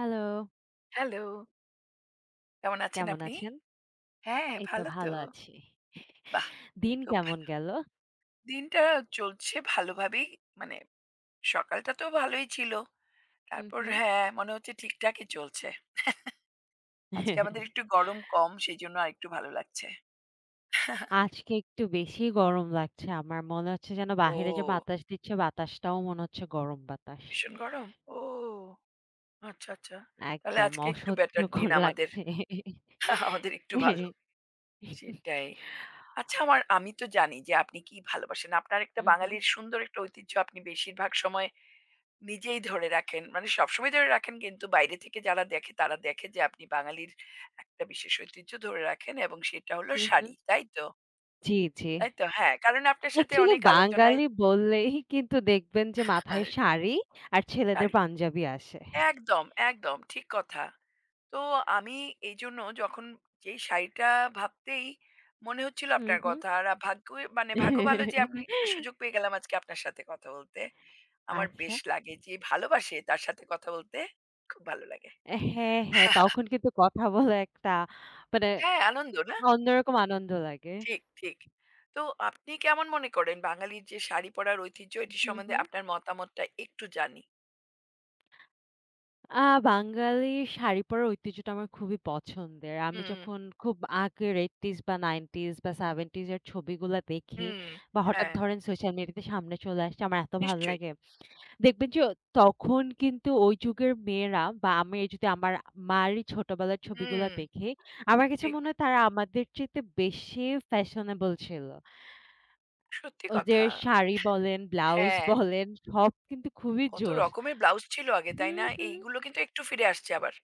Hello, hello, কেমন আছেন কেমন আপনি? আছেন? হ্যাঁ, এই তো ভালো তো। ভালো আছি। বাহ! দিন খুব কেমন ভালো। গেল? দিনটা চলছে ভালোভাবেই। মানে সকালটা তো ভালোই ছিল। হুম, তারপর হুম। হ্যাঁ, মনে হচ্ছে ঠিকঠাকই চলছে। আজকে আমাদের একটু গরম কম, সেজন্য আরেকটু ভালো লাগছে। আজকে একটু বেশিই গরম লাগছে। আমার মনে হচ্ছে যেন বাহিরে যে ও! বাতাস দিচ্ছে, বাতাসটাও মনে হচ্ছে গরম বাতাস। ভীষণ গরম? ও! আচ্ছা, আচ্ছা। তাহলে একদম আজকে একটু বেটার অসহ্যকর দিন আমাদের। লাগছে। আমাদের একটু ভালো। সেটাই। আচ্ছা আমি তো জানি যে আপনি কি ভালোবাসেন। আপনার একটা হুম, হুম, বাঙালির সুন্দর একটা ঐতিহ্য আপনি বেশিরভাগ সময় নিজেই ধরে রাখেন। মানে সবসময় ধরে রাখেন কিন্তু বাইরে থেকে যারা দেখে তারা দেখে যে আপনি বাঙালির একটা বিশেষ ঐতিহ্য ধরে রাখেন এবং সেটা হলো হুম, হুম। শাড়ি। তাই তো? জি, জি। তাই তো? হ্যাঁ, কারণ আপনার সাথে অ্যাকচুয়ালি অনেক আলোচনায়। বাঙালি বললেই কিন্তু দেখবেন যে মাথায় শাড়ি আর ছেলেদের শাড়ি। পাঞ্জাবি আসে। একদম, একদম ঠিক কথা। তো আমি এইজন্য যখন যেই শাড়িটা ভাবতেই মনে হচ্ছিল হুম, আপনার হুম। কথা আর ভাগ্য মানে ভাগ্য ভালো যে আমি একটা সুযোগ পেয়ে গেলাম আজকে আপনার সাথে কথা বলতে। আমার আচ্ছা। বেশ লাগে যে ভালোবাসে তার সাথে কথা বলতে খুব ভালো লাগে। হ্যাঁ, হ্যাঁ, তখন কিন্তু কথা বলে একটা মানে হ্যাঁ, আনন্দ না? অন্যরকম আনন্দ লাগে। ঠিক, ঠিক। তো আপনি কেমন মনে করেন বাঙালির যে শাড়ি পরার ঐতিহ্য এটি হুম, সম্বন্ধে হুম। আপনার মতামতটা একটু জানি। আ বাঙালির শাড়ি পরার ঐতিহ্যটা আমার খুবই পছন্দের। আমি হুম। যখন খুব আগের 80s বা 90s বা 70s এর ছবিগুলা দেখি হুম, বা হঠাৎ হ্যাঁ, ধরেন সোশ্যাল মিডিয়াতে সামনে চলে আসছে, আমার এত ভাল নিশ্চয়ই। লাগে। দেখবেন যে তখন কিন্তু ওই যুগের মেয়েরা বা আমি যদি আমার মারই ছোটবেলার ছবিগুলা হুম, দেখি, আমার কাছে ঠিক। মনে হয় তারা আমাদের চাইতে বেশি ফ্যাশনেবল ছিল। সত্যি ওদের কথা। শাড়ি বলেন, ব্লাউজ হ্যাঁ, বলেন সব কিন্তু খুবই কত জোশ। রকমের ব্লাউজ ছিল আগে, তাই হুম, না? হুম। এইগুলো কিন্তু একটু ফিরে আসছে আবার।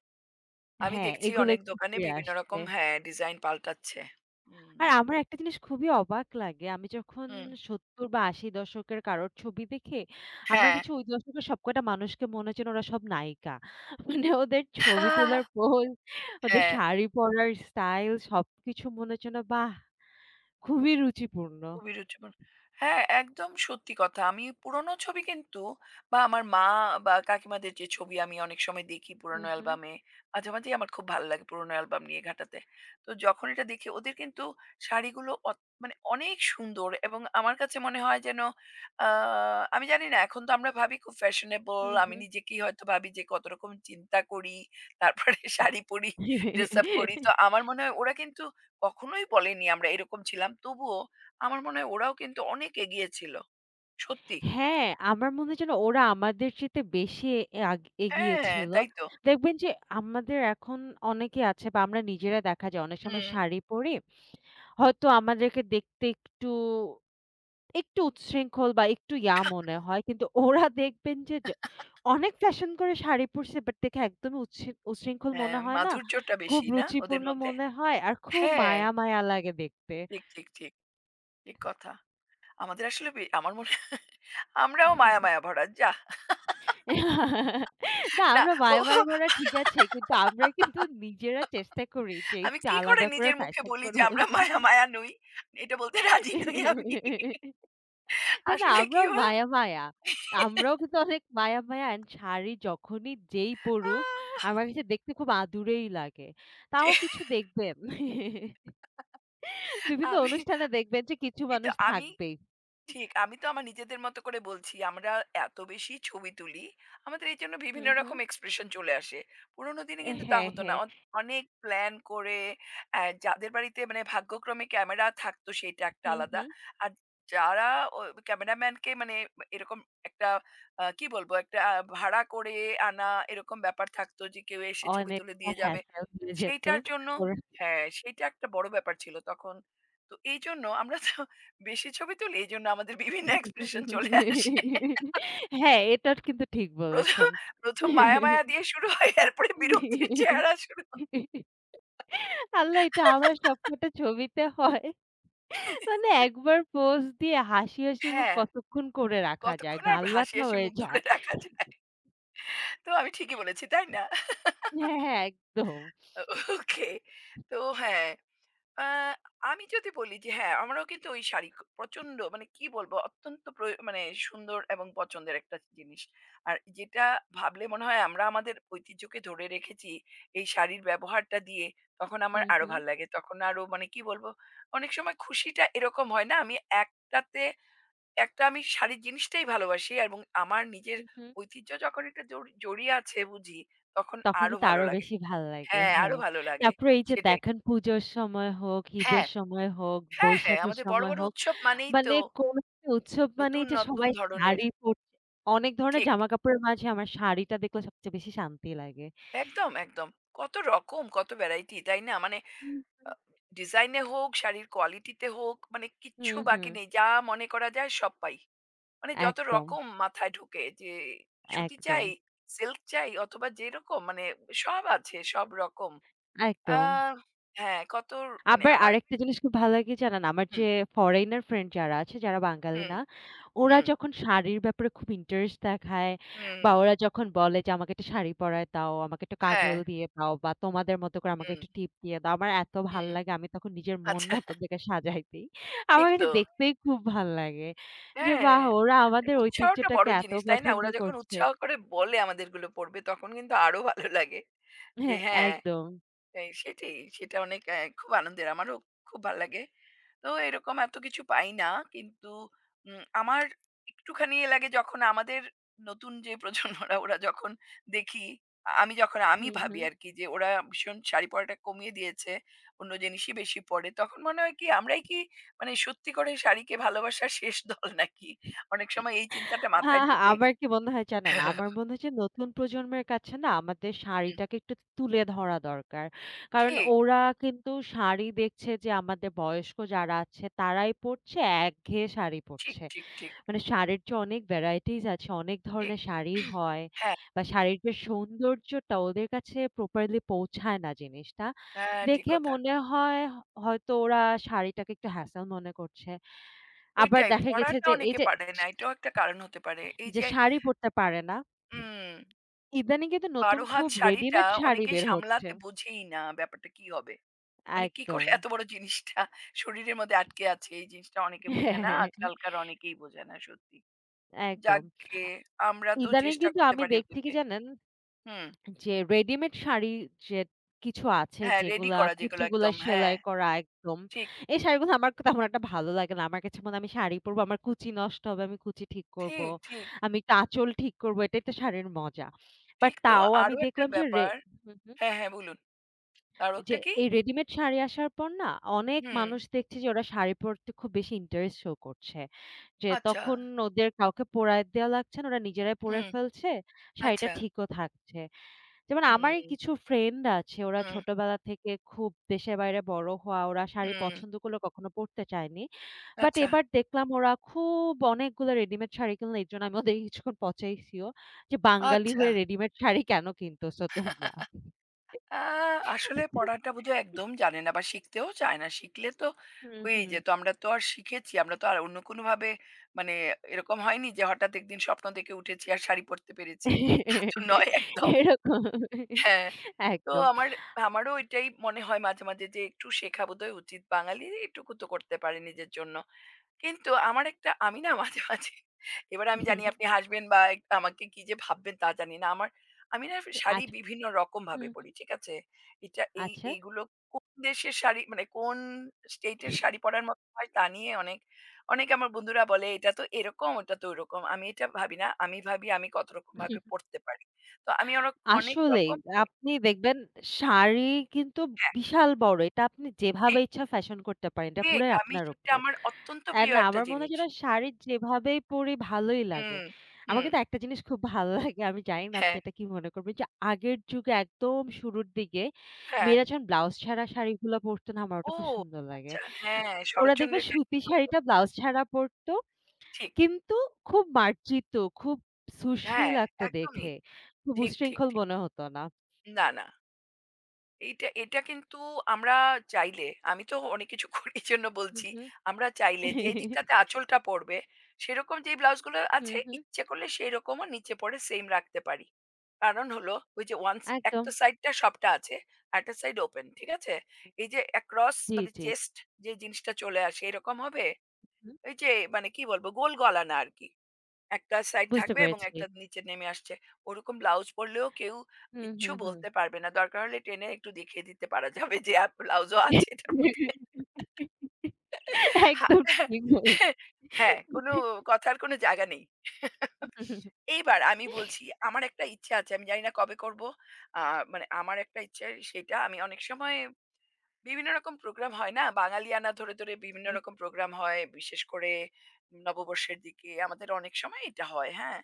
আমি হ্যাঁ, দেখছি এগুলো অনেক একটু দোকানে ফিরে বিভিন্ন আসছে। রকম হ্যাঁ, ডিজাইন পাল্টাচ্ছে। হুম, আর আমার একটা জিনিস খুবই অবাক লাগে। আমি যখন হুম। ৭০ বা ৮০ দশকের কারোর ছবি দেখি, আমার হ্যাঁ। কিছু ওই দশকের সবকটা মানুষকে মনে হচ্ছে যেন ওরা সব নায়িকা। মানে ওদের ছবি তোলার পোজ, ওদের হ্যাঁ। শাড়ি পরার স্টাইল সবকিছু মনে হচ্ছে যেন বাহ! খুবই রুচিপূর্ণ। খুবই রুচিপূর্ণ। হ্যাঁ, একদম সত্যি কথা। আমি পুরনো ছবি কিন্তু বা আমার মা বা কাকিমাদের যে ছবি আমি অনেক সময় দেখি হুম, পুরনো হুম, অ্যালবামে, মাঝে, মাঝেই আমার খুব ভালো লাগে পুরনো অ্যালবাম নিয়ে ঘাঁটাতে। তো যখন এটা দেখি ওদের কিন্তু শাড়িগুলো অত মানে অনেক সুন্দর এবং আমার কাছে মনে হয় যেন আ আমি জানি না এখন তো আমরা ভাবি খুব ফ্যাশনেবল। হুম, আমি হুম। নিজেকেই হয়তো ভাবি যে কত রকম চিন্তা করি, তারপরে শাড়ি পরি, ড্রেস আপ করি। তো আমার মনে হয় ওরা কিন্তু কখনোই বলেনি আমরা এরকম ছিলাম। তবুও আমার মনে হয় ওরাও কিন্তু অনেক এগিয়ে ছিল। সত্যি। হ্যাঁ, আমার মনে হয় যেন ওরা আমাদের চাইতে বেশি এ আগ এগিয়ে হ্যাঁ, ছিল। তাই তো। দেখবেন যে আমাদের এখন অনেকে আছে বা আমরা নিজেরা দেখা যায় অনেক সময় হুম। শাড়ি পরি। হয়তো আমাদেরকে দেখতে একটু, একটু উচ্ছৃঙ্খল বা একটু ইয়া মনে হয়। কিন্তু ওরা দেখবেন যে অনেক ফ্যাশন করে শাড়ি পরছে বাট দেখে একদমই উচ্ছৃঙ্খল মনে হ্যাঁ, হয় না। মাধুর্যটা খুব বেশি না ওদের রুচিপূর্ণ মধ্যে? মনে হয় আর খুব হ্যাঁ, মায়া, মায়া লাগে দেখতে। ঠিক, ঠিক, ঠিক, ঠিক কথা। আমাদের আসলে বে আমার মনে হয় আমরাও মায়া, মায়া ভরা। যাহ! না না আমরা ও মায়া, মায়া মরা ঠিক আছে। কিন্তু আমরা কিন্তু নিজেরা চেষ্টা করি যে আমি একটু কি করে আলাদা করে নিজের মুখে ফ্যাশন বলি যে করব। আমরা মায়া, মায়া নই? এটা বলতে রাজি নই আমি। না, না আসলে কি আমরাও হ মায়া, মায়া। আমরাও কিন্তু অনেক মায়া, মায়া অ্যান্ড শাড়ি যখনই যেই আ পড়ুক আমার কাছে দেখতে খুব আদুরেই লাগে। তাও কিছু দেখবেন বিভিন্ন আমি অনুষ্ঠানে দেখবেন যে কিছু এটা মানুষ আমি থাকবেই। ঠিক। আমি তো আমার নিজেদের মতো করে বলছি। আমরা এত বেশি ছবি তুলি, আমাদের এর জন্য বিভিন্ন হুম, হুম। রকম এক্সপ্রেশন চলে আসে। পুরোনো দিনে কিন্তু তা হ্যাঁ, হতো না। হ্যাঁ। অনেক প্ল্যান করে অ্যা যাদের বাড়িতে মানে ভাগ্যক্রমে ক্যামেরা থাকতো সেটা একটা হুম, আলাদা। হুম। আর যারা ও ক্যামেরাম্যানকে মানে এরকম একটা কি বলবো? একটা ভাড়া করে আনা এরকম ব্যাপার থাকতো যে কেউ এসে ছবি তুলে অনেকটা দিয়ে যাবে। হ্যাসেল হয়ে যেত। সেইটার জন্য ওরা হ্যাঁ, সেইটা একটা বড় ব্যাপার ছিল তখন। তো এইজন্য আমরা তো বেশি ছবি তুলি। এজন্য আমাদের বিভিন্ন এক্সপ্রেশন চলে আসে। হ্যাঁ, এটা কিন্তু ঠিক ১ম, বলেছেন। ১ম মায়া, মায়া দিয়ে শুরু হয়। এরপরে বিরক্তির চেহারা শুরু হয়। আল্লাহ! এটা আমার সবকটা ছবিতে হয়। মানে একবার পোজ দিয়ে হাসি, হাসি মুখ হ্যাঁ, কতক্ষণ করে রাখা যায়? কতক্ষণ আর গাল হাসি, ব্যথা হাসি হয়ে মুখ ধরে যায়। রাখা যায়। তো আমি ঠিকই বলেছি, তাই না? হ্যাঁ, হ্যাঁ, একদম। ওকে। তো হ্যাঁ। আহ, আমি যদি বলি যে হ্যাঁ, আমারও কিন্তু ওই শাড়ি খ প্রচন্ড মানে কি বলবো? অত্যন্ত প্রয় মানে সুন্দর এবং পছন্দের একটা জিনিস। আর যেটা ভাবলে মনে হয় আমরা আমাদের ঐতিহ্যকে ধরে রেখেছি এই শাড়ির ব্যবহারটা দিয়ে, তখন আমার হুম, আরো হুম, ভাল লাগে। তখন আরো মানে কি বলবো? অনেক সময় খুশিটা এরকম হয় না? আমি একটাতে একটা আমি শাড়ির জিনিসটাই ভালোবাসি এবং আমার নিজের হুম, হুম। ঐতিহ্য যখন এটা জড়িয়ে আছে বুঝি, তখন তখন আরো কিন্তু ভালো আরো লাগে। বেশি ভাল লাগে। হ্যাঁ, আরো হ্যাঁ। ভালো লাগে। তারপরে এই যে সেটাই। দেখেন পুজোর সময় হোক, ঈদের হ্যাঁ। সময় হোক, হ্যাঁ, হ্যাঁ। বৈশাখের আমাদের বড়, সময় বড় হোক উৎসব মানেই মানে তো কোন একটা উৎসব মানেই নতুন, যে নতুন সবাই ধরনের। শাড়ি পরছে। অনেক ধরনের ঠিক। জামাকাপড়ের মাঝে আমার শাড়িটা দেখলে সবচেয়ে বেশি শান্তি লাগে। একদম, একদম। কত রকম, কত ভ্যারাইটি, তাই না? মানে হুম, হুম। আ ডিজাইন এ হোক, শাড়ির কোয়ালিটিতে হোক, মানে কিচ্ছু হুম, হুম। বাকি নেই। যা মনে করা যায় সব পাই। মানে যত একদম, রকম মাথায় ঢোকে যে সুতি একদম, চাই, সিল্ক চাই অথবা যেরকম মানে সব আছে, সব রকম। আ একদম। হ্যাঁ, কত মানে আবার আমার আরেকটা জিনিস খুব ভালো লাগে জানেন? আমার যে হুম, ফরেইনার ফ্রেন্ড যারা আছে, যারা বাঙালি হুম, না, ওরা হুম, যখন শাড়ির ব্যাপারে খুব ইন্টারেস্ট দেখায় হুম। বা ওরা যখন বলে যে, "আমাকে একটা শাড়ি পরায় দাও, আমাকে একটু হ্যাঁ, কাজল দিয়ে দাও বা তোমাদের মতো করে আমাকে হুম, একটু টিপ দিয়ে দাও।" আমার এত ভাল হুম। লাগে, আমি তখন নিজের মন আচ্ছা, মতো দেখে সাজাই দেই। আমার ঠিক কাছে তো। দেখতেই খুব ভাল লাগে যে, হ্যাঁ, বাহ! ওরা আমাদের উৎসাহটা ঐতিহ্যটাকে বড় এত জিনিস, তাই না? পছন্দ ওরা যখন করছে। উৎসাহ করে বলে আমাদেরগুলো পড়বে তখন কিন্তু আরো ভালো লাগে। যে হ্যাঁ, হ্যাঁ, একদম। এই সেটাই। সেটা অনেক খুব আনন্দের। আমারও খুব ভাল লাগে। তো এরকম এত কিছু পাই না। কিন্তু আমার একটুখানি এ লাগে যখন আমাদের নতুন যে প্রজন্মরা ওরা যখন দেখি, আমি হুম, হুম। ভাবি আরকি যে ওরা ভীষণ শাড়ি পরাটা কমিয়ে দিয়েছে। অন্য জিনিসই বেশি পড়ে। তখন মনে হয় কি আমরাই কি মানে সত্যি করে শাড়িকে ভালোবাসার শেষ দল নাকি? অনেক সময় এই চিন্তাটা হ্যাঁ, মাথায় হ্যাঁ, ঢোকে। আমার কি মনে হয় জানেন? আমার মনে হয় যে নতুন প্রজন্মের কাছে না আমাদের হুম, শাড়িটাকে একটু তুলে ধরা দরকার। কারণ ঠিক, ওরা কিন্তু শাড়ি দেখছে যে আমাদের বয়স্ক যারা আছে তারাই পড়ছে, একঘেয়ে শাড়ি ঠিক, পড়ছে। ঠিক, ঠিক, মানে শাড়ির যে অনেক ভ্যারাইটিস আছে, অনেক ঠিক। ধরনের শাড়ি হয় হ্যাঁ, বা শাড়ির যে সৌন্দর্যটা ওদের কাছে প্রপারলি পৌঁছায় না জিনিসটা। হ্যাঁ, ঠিক দেখে কথা। মনে হয় হয়তো ওরা শাড়িটাকে একটু হ্যাসেল মনে করছে। আবার ওইটাই। দেখা গেছে পড়াটা যে এই অনেকে যে পারে না। এটাও একটা কারণ হতে পারে। এই যে যে শাড়ি পরতে পারে না। উম ইদানিং কিন্তু নতুন ১২ হাত খুব শাড়িটা রেডিমেড শাড়ি অনেকেই বের হচ্ছে। সামলাতে বোঝেই না ব্যাপারটা কি হবে। মানে কি করে একদম। এত বড় জিনিসটা শরীরের মধ্যে আটকে আছে এই জিনিসটা অনেকে বোঝে না। আজকালকার অনেকেই বোঝে না সত্যি। একদম। যাকগে আ আমরা তো ইদানিং চেষ্টা কিন্তু করতে আমি পারি দেখছি কি ওদেরকে। জানেন? হুম। যে রেডিমেড শাড়ি যে কিছু আছে হ্যাঁ, রেডি যেগুলা করা যেগুলো কুচিগুলা একদম। হ্যাঁ, সেলাই করা একদম। ঠিক, এই শাড়িগুলো আমার তেমন একটা ভালো লাগে না। আমার কাছে মনে হয় আমি শাড়ি পরবো, আমার কুচি নষ্ট হবে, আমি কুচি ঠিক করবো। ঠিক, ঠিক, আমি একটু আঁচল ঠিক করবো। এটাই তো শাড়ির মজা। বাট ঠিক তো তাও আমি আরো একটা দেখলাম যে রে ব্যাপার হুম, হুম। হ্যাঁ, হ্যাঁ বলুন। আরো যে একটা কি? এই রেডিমেড শাড়ি আসার পর না অনেক হুম। মানুষ দেখছি যে ওরা শাড়ি পরতে খুব বেশি ইন্টারেস্ট শো করছে। যে আচ্ছা। তখন ওদের কাউকে পরায় দেয়া লাগছে না, ওরা নিজেরাই পরে হুম, ফেলছে। শাড়িটা আচ্ছা। ঠিকও থাকছে। যেমন আমারই হুম, কিছু ফ্রেন্ড আছে ওরা হুম, ছোটবেলা থেকে খুব দেশের বাইরে বড় হওয়া, ওরা শাড়ি হুম। পছন্দ করলেও কখনো পরতে চায়নি। বাট আচ্ছা, এবার দেখলাম ওরা খুব অনেকগুলো রেডিমেড শাড়ি কিনলো। এরজন্য আমি ওদের কিছুক্ষণ পচাইছিও যে, "বাঙালি আচ্ছা। হয়ে রেডিমেড শাড়ি কেন কিনতেছো তোমরা?" আ আসলে পড়াটা বোধহয় একদম জানে না বা শিখতেও চায় না। শিখলে তো হুম, হয়েই হুম। যেত। আমরা তো আর শিখেছি। আমরা তো আর অন্য কোনোভাবে মানে এরকম হয়নি যে হঠাৎ একদিন স্বপ্ন দেখে উঠেছি আর শাড়ি পরতে পেরেছি। তা তো নয় একদম। এরকম হ্যাঁ। তো একদম। আমার আমারও এটাই মনে হয় মাঝে, মাঝে যে একটু শেখা বোধহয় উচিত। বাঙালি এটুকু তো করতে পারে নিজের জন্য। কিন্তু আমার একটা আমি না মাঝে, মাঝে এবার আমি জানি আপনি হাসবেন বা এক আমাকে কি যে ভাববেন তা জানি না। আমার আমি না শাড়ি আচ বিভিন্ন রকমভাবে হুম, পড়ি। ঠিক আছে? এটা এই আচ্ছা। এইগুলো কোন দেশের শাড়ি মানে কোন স্টেট এর হুম। শাড়ি পরার মতো হয় তা নিয়ে অনেক অনেক আমার বন্ধুরা বলে, "এটা তো এরকম, ওটা তো ওরকম।" আমি এটা ভাবি না। আমি ভাবি আমি কত হুম, রকমভাবে আচ্ছা। পড়তে পারি। তো আমি অরক অনেক আসলেই রকম পড়ি। আপনি দেখবেন শাড়ি কিন্তু হ্যাঁ, বিশাল বড়। এটা আপনি যেভাবে ঠিক, ইচ্ছা ফ্যাশন করতে পারেন। এটা ঠিক। পুরাই আমি আপনার সেটা উপর। আমার অত্যন্ত অ্যান্ড প্রিয় একটা আমার মনে হয় জিনিস। যে শাড়ি যেভাবেই পড়ি ভালোই লাগে। হুম, আমার হুম। কিন্তু একটা জিনিস খুব ভালো লাগে। আমি জানি না আপনি হ্যাঁ, এটা কি মনে করবেন যে আগের যুগে একদম শুরুর দিকে হ্যাঁ। মেয়েরা যখন ব্লাউজ ছাড়া শাড়িগুলো পরতো না আমার ওটা ও! খুব সুন্দর লাগে। আচ্ছা, হ্যাঁ, ওরা দেখবে শরৎচন্দ্রের সুতি কাহিনীর মতো। শাড়িটা ব্লাউজ ছাড়া পরতো। ঠিক। কিন্তু খুব মার্জিত, খুব সুশ্রী হ্যাঁ, লাগতো একদমই। দেখে। খুব ঠিক, ঠিক, উচ্ছৃঙ্খল ঠিক। মনে হতো না। না, না। এইটা এটা কিন্তু আমরা চাইলে আমি তো অনেক কিছু করি এই জন্য হুম, বলছি। হুম। আমরা চাইলে যে দিকটাতে আঁচলটা পড়বে, সেরকম যেই ব্লাউজগুলো হুম, আছে হুম। ইচ্ছে করলে সেইরকমও নিচে পড়ে সেইম রাখতে পারি। কারণ হলো ওই যে ওয়ান্স একদম। একটা সাইডটা সবটা আছে, আরেকটা সাইড ওপেন। ঠিক আছে? এই যে অ্যাক্রস জি, মানে জি। চেস্ট যে জিনিসটা চলে আসে এরকম হবে। হুম। এই যে মানে কি বলবো গোল গলা না আরকি। একটা সাইড বুঝতে থাকবে এবং পেরেছি। একটা নিচে নেমে আসছে। ওরকম ব্লাউজ পরলেও কেউ হুম, কিচ্ছু হুম, হুম। বলতে পারবে না। দরকার হলে টেনে একটু দেখিয়ে দিতে পারা যাবে যে ব্লাউজও আছে এটার মধ্যে। হা একদম ঠিক হ্যাঁ, কোনো কথার কোনো জায়গা নেই। এইবার আমি বলছি আমার একটা ইচ্ছা আছে। আমি জানি না কবে করব। আ মানে আমার একটা ইচ্ছে সেটা আমি অনেক সময় বিভিন্ন রকম প্রোগ্রাম হয় না? বাঙালিয়ানা ধরে, ধরে বিভিন্ন রকম হুম। প্রোগ্রাম হয়। বিশেষ করে নববর্ষের দিকে আমাদের অনেক সময় এটা হয়, হ্যাঁ?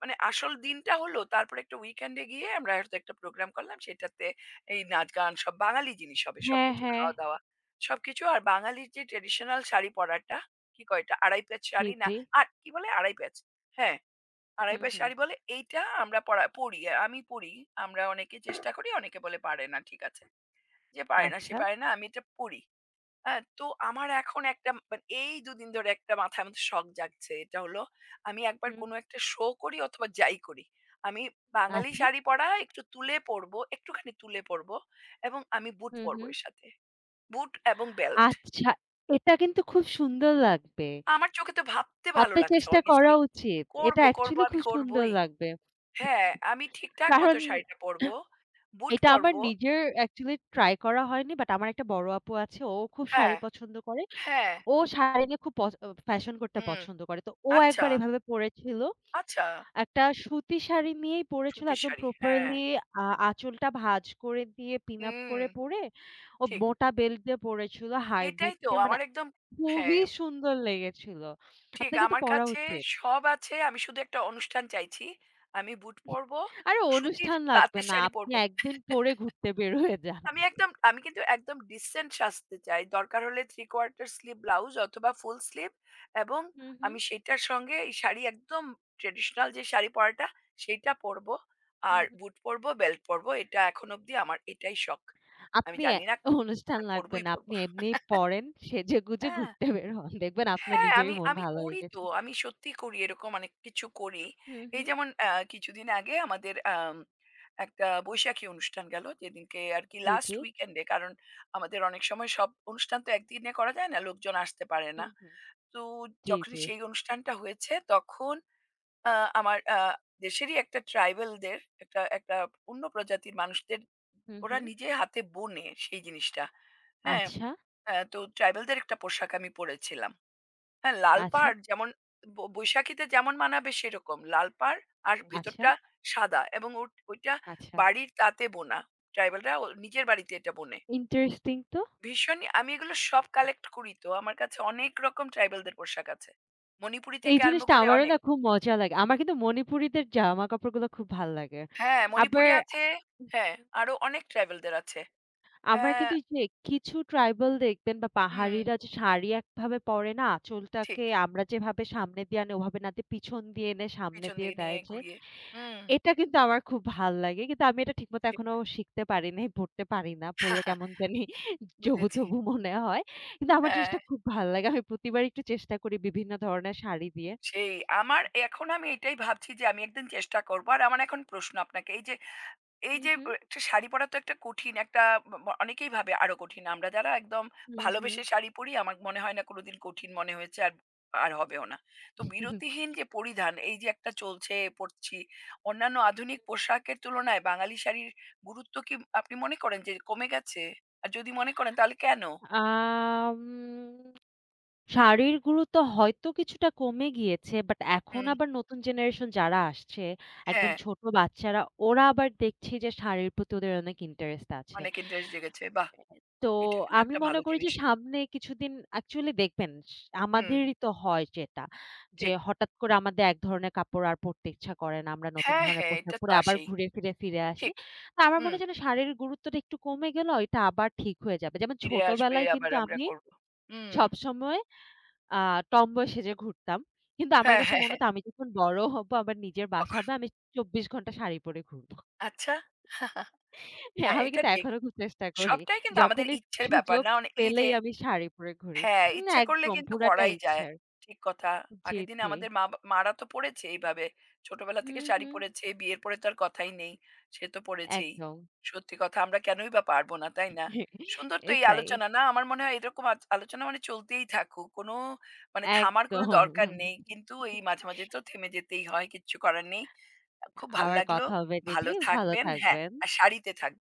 মানে আসল দিনটা হলো তারপরে একটা উইকেন্ডে গিয়ে আমরা হয়তো একটা প্রোগ্রাম করলাম সেটাতে এই নাচ গান সব বাঙালি জিনিস হবে হ্যাঁ, সবকিছু হ্যাঁ। খাওয়া দাওয়া সবকিছু আর বাঙালির যে ট্রেডিশনাল শাড়ি পরাটা কি কয়টা আড়াই প্যাচ জি, শাড়ি না জি। আর কি বলে আড়াই প্যাচ হ্যাঁ আড়াই হুম, প্যাচ হুম। শাড়ি বলে এইটা আমরা পরা পরি আমি পরি আমরা অনেকে চেষ্টা করি অনেকে বলে পারে না ঠিক আছে যে পারে না সে আচ্ছা। পারে না আমি এটা পরি হ্যাঁ, তো আমার এখন একটা মানে এই দুদিন ধরে একটা মাথার মধ্যে শখ জাগছে। এটা হলো আমি একবার হুম। কোনো একটা শো করি অথবা যাই করি। আমি বাঙালি আচ্ছা। শাড়ি পরা একটু তুলে পরবো, একটুখানি তুলে পরবো এবং আমি বুট হুম, পরবো হুম। এর সাথে। বুট এবং বেল্ট। আচ্ছা। এটা কিন্তু খুব সুন্দর লাগবে। আমার চোখে তো ভাবতে ভালো আপনার লাগছে চেষ্টা করা honestly। উচিত। এটা করবো, করবো অ্যাকচুয়ালি আমি খুব সুন্দর করবোই। লাগবে। হ্যাঁ, আমি ঠিকঠাক মতো কারণ শাড়িটা পরবো, বুট এটা আমার পরবো নিজের অ্যাকচুয়ালি ট্রাই করা হয়নি। বাট আমার একটা বড় আপু আছে। ও খুব শাড়ি হ্যাঁ, পছন্দ করে। হ্যাঁ, ও শাড়ি নিয়ে খুব পছ অ ফ্যাশন করতে হুম, পছন্দ করে। তো ও আচ্ছা, একবার এভাবে পড়েছিল। আচ্ছা একটা সুতি শাড়ি নিয়েই পড়েছিল সুতির একদম শাড়ি। হ্যাঁ, প্রপারলি আঁচলটা ভাঁজ করে দিয়ে পিন আপ হুম, করে পড়ে, ও ঠিক। মোটা বেল্ট দিয়ে পড়েছিল, হাই এটাই বুট তো দিয়ে। মানে আমার একদম হ্যাঁ, খুবই সুন্দর লেগেছিল। ঠিক। আপনাকে তো আমার পরা কাছে উচিত। সব আছে। আমি শুধু একটা অনুষ্ঠান চাইছি। আমি বুট পরব, আরে সুতির অনুষ্ঠান লাগবে তাঁতের না। শাড়ি আপনি পরব। ১ দিন পরে ঘুরতে বের হয়ে যান। আমি একদম আমি কিন্তু একদম ডিসেন্ট সাজতে চাই। দরকার হলে 3 কোয়ার্টার স্লিভ ব্লাউজ অথবা ফুল স্লিভ এবং হুম, হুম, আমি সেটার সঙ্গে এই শাড়ি একদম ট্র্যাডিশনাল যে শাড়ি পরাটা সেইটা পরব। হুম, আর হুম। বুট পরব, বেল্ট পরব। এটা এখন অবধি আমার এটাই শখ। আমি আপনি এ জানি না অনুষ্ঠান আমি লাগবে পরবই না। পরব। আপনি এমনিই পড়েন, সেজেগুজে হ্যাঁ। ঘুরতে বের হন। দেখবেন আপনার হ্যাঁ, নিজেরই আমি মন আমি ভালো হয়ে করি তো। গেছে। আমি সত্যি করি এরকম অনেক কিছু করি। হুম, এই হুম। যেমন কিছুদিন আগে আমাদের আম একটা বৈশাখী অনুষ্ঠান গেল। যেদিনকে আরকি জি, জি। লাস্ট উইকেন্ডে কারণ আমাদের অনেক সময় সব অনুষ্ঠান তো একদিনে করা যায় না। লোকজন আসতে পারে না। হুম, হুম। তো জি, যখনই জি। সেই অনুষ্ঠানটা হয়েছে তখন আ আমার দেশেরই একটা ট্রাইবাল দের একটা একটা অন্য প্রজাতির মানুষদের হুম, ওরা হুম। নিজে হাতে বোনে সেই জিনিসটা। হ্যাঁ? আচ্ছা, তো ট্রাইবাল দের একটা পোশাক আমি পড়েছিলাম। হ্যাঁ, লাল আচ্ছা, পাড় যেমন ব বৈশাখীতে যেমন মানাবে সেরকম। লাল পাড় আর আচ্ছা, ভেতরটা সাদা এবং ওট ওইটা আচ্ছা। বাড়ির তাঁতে বোনা। ট্রাইবালরা ও নিজের বাড়িতে এটা বোনে। ইন্টারেস্টিং তো। ভীষণই আমি এগুলো সব কালেক্ট করি তো। আমার কাছে অনেক রকম ট্রাইবালদের পোশাক আছে। মণিপুরি এই থেকে আরম্ভ জিনিসটা করে আমারও অনেক। না খুব মজা লাগে। আমার কিন্তু মণিপুরীদের জামা কাপড়গুলো খুব ভাল লাগে। হ্যাঁ, আবার মণিপুরি আছে হ্যাঁ, আরো অনেক ট্রাইবালদের আছে। আমার হ্যাঁ, কিন্তু এই যে কিছু ট্রাইবাল দেখবেন বা হুম, পাহাড়িরা যে শাড়ি একভাবে পরে না, ঠিক। আঁচলটাকে আমরা যেভাবে সামনে দিয়ে আনি ওভাবে না দিয়ে পিছন দিয়ে এনে সামনে পিছন দিয়ে দিয়ে দেয় নিয়ে যে, ঘুরিয়ে। হুম, এটা কিন্তু আমার খুব ভাল লাগে। কিন্তু আমি এটা ঠিকমতো ঠিক এখনো ঠিক। শিখতে পারি নাই, পড়তে পারি না। পড়লে কেমন জানি বুঝেছি। জবুথবু মনে হয়। কিন্তু আমার হ্যাঁ। জিনিসটা খুব ভাল লাগে। আমি প্রতিবার একটু চেষ্টা করি বিভিন্ন ধরনের শাড়ি দিয়ে। সেই আমার এখন আমি এটাই ভাবছি যে আমি একদিন চেষ্টা করবো। আর আমার এখন প্রশ্ন আপনাকে এই যে এই হু, যে হু, একটা শাড়ি পরা তো একটা কঠিন একটা ব ব অনেকেই ভাবে আরো কঠিন। আমরা যারা একদম হু, হু। ভালোবেসে শাড়ি পরি আমার মনে হয় না কোনোদিন কঠিন মনে হয়েছে আর আর হবেও না। তো বিরতিহীন যে পরিধান এই যে একটা চলছে পড়ছি, অন্যান্য আধুনিক পোশাকের তুলনায় বাঙালি শাড়ির গুরুত্ব কি আপনি মনে করেন যে কমে গেছে? আর যদি মনে করেন তাহলে কেন? আম শাড়ির গুরুত্ব হয়তো কিছুটা কমে গিয়েছে। বাট এখন হুম, আবার নতুন জেনারেশন যারা আসছে, একদম হ্যাঁ, ছোট বাচ্চারা, ওরা আবার দেখছি যে শাড়ির প্রতি ওদের অনেক ইন্টারেস্ট আছে। অনেক ইন্টারেস্ট জেগেছে। বাহ! তো এটা কিন্তু আমি একটা মনে ভালো করি যে জিনিস। সামনে কিছুদিন অ্যাকচুয়ালি দেখবেন হুম, আমাদেরই তো হয় যেটা, যে ঠিক। হঠাৎ করে আমাদের এক ধরনের কাপড় আর পরতে ইচ্ছা করে না। আমরা নতুন হ্যাঁ, ধরনের হ্যাঁ, পোশাক এটা তো পরে আবার আসেই। ঘুরে ফিরে, ফিরে আসি। ঠিক। তো আমার মনে হুম, হয় যেন শাড়ির গুরুত্বটা একটু কমে গেলেও এটা আবার ঠিক হয়ে যাবে। যেমন ফিরে আসবে ছোটবেলায় আবার কিন্তু আমরা আমি করব। হুম, সবসময় আ টমবয় সেজে ঘুরতাম। কিন্তু আমার হ্যাঁ, কাছে হ্যাঁ, মনে হ্যাঁ, হতো আমি যখন বড় হব, আমার নিজের বাসা তখন হবে, আমি ২৪ ঘন্টা শাড়ি পরে ঘুরব। আচ্ছা। হ্যাঁ, আমি এটা কিন্তু ঠিক। এখনো খুব চেষ্টা করি। সবটাই কিন্তু আমাদের যখনই ইচ্ছের ব্যাপার সুযোগ না? মানে এই যে পেলেই আমি শাড়ি পরে ঘুরি। হ্যাঁ, হুম, ইচ্ছে করলে একদম কিন্তু পুরাটা করাই যায়। ইচ্ছার। ঠিক কথা। জি, আগের দিনে জি। আমাদের মা মারা তো পড়েছে এইভাবে। ছোটবেলা থেকে হুম, শাড়ি হুম, পড়েছে, বিয়ের পরে তো আর কথাই নেই। সে তো পড়েছেই। একদম। সত্যি কথা আমরা কেনই বা পারবো না, তাই না? সুন্দর তো এই এটাই। আলোচনা না? আমার মনে হয় এরকম আলোচনা মানে চলতেই থাকুক। কোনো মানে থামার কোনো একদম। দরকার নেই। কিন্তু এই মাঝে, মাঝে তো থেমে যেতেই হয়। কিচ্ছু করার নেই। খুব ভাল আবার লাগলো। কথা হবে দিদি। ভালো ভালো থাকবেন। হ্যাঁ, থাকবেন। আর শাড়িতে থাকবেন।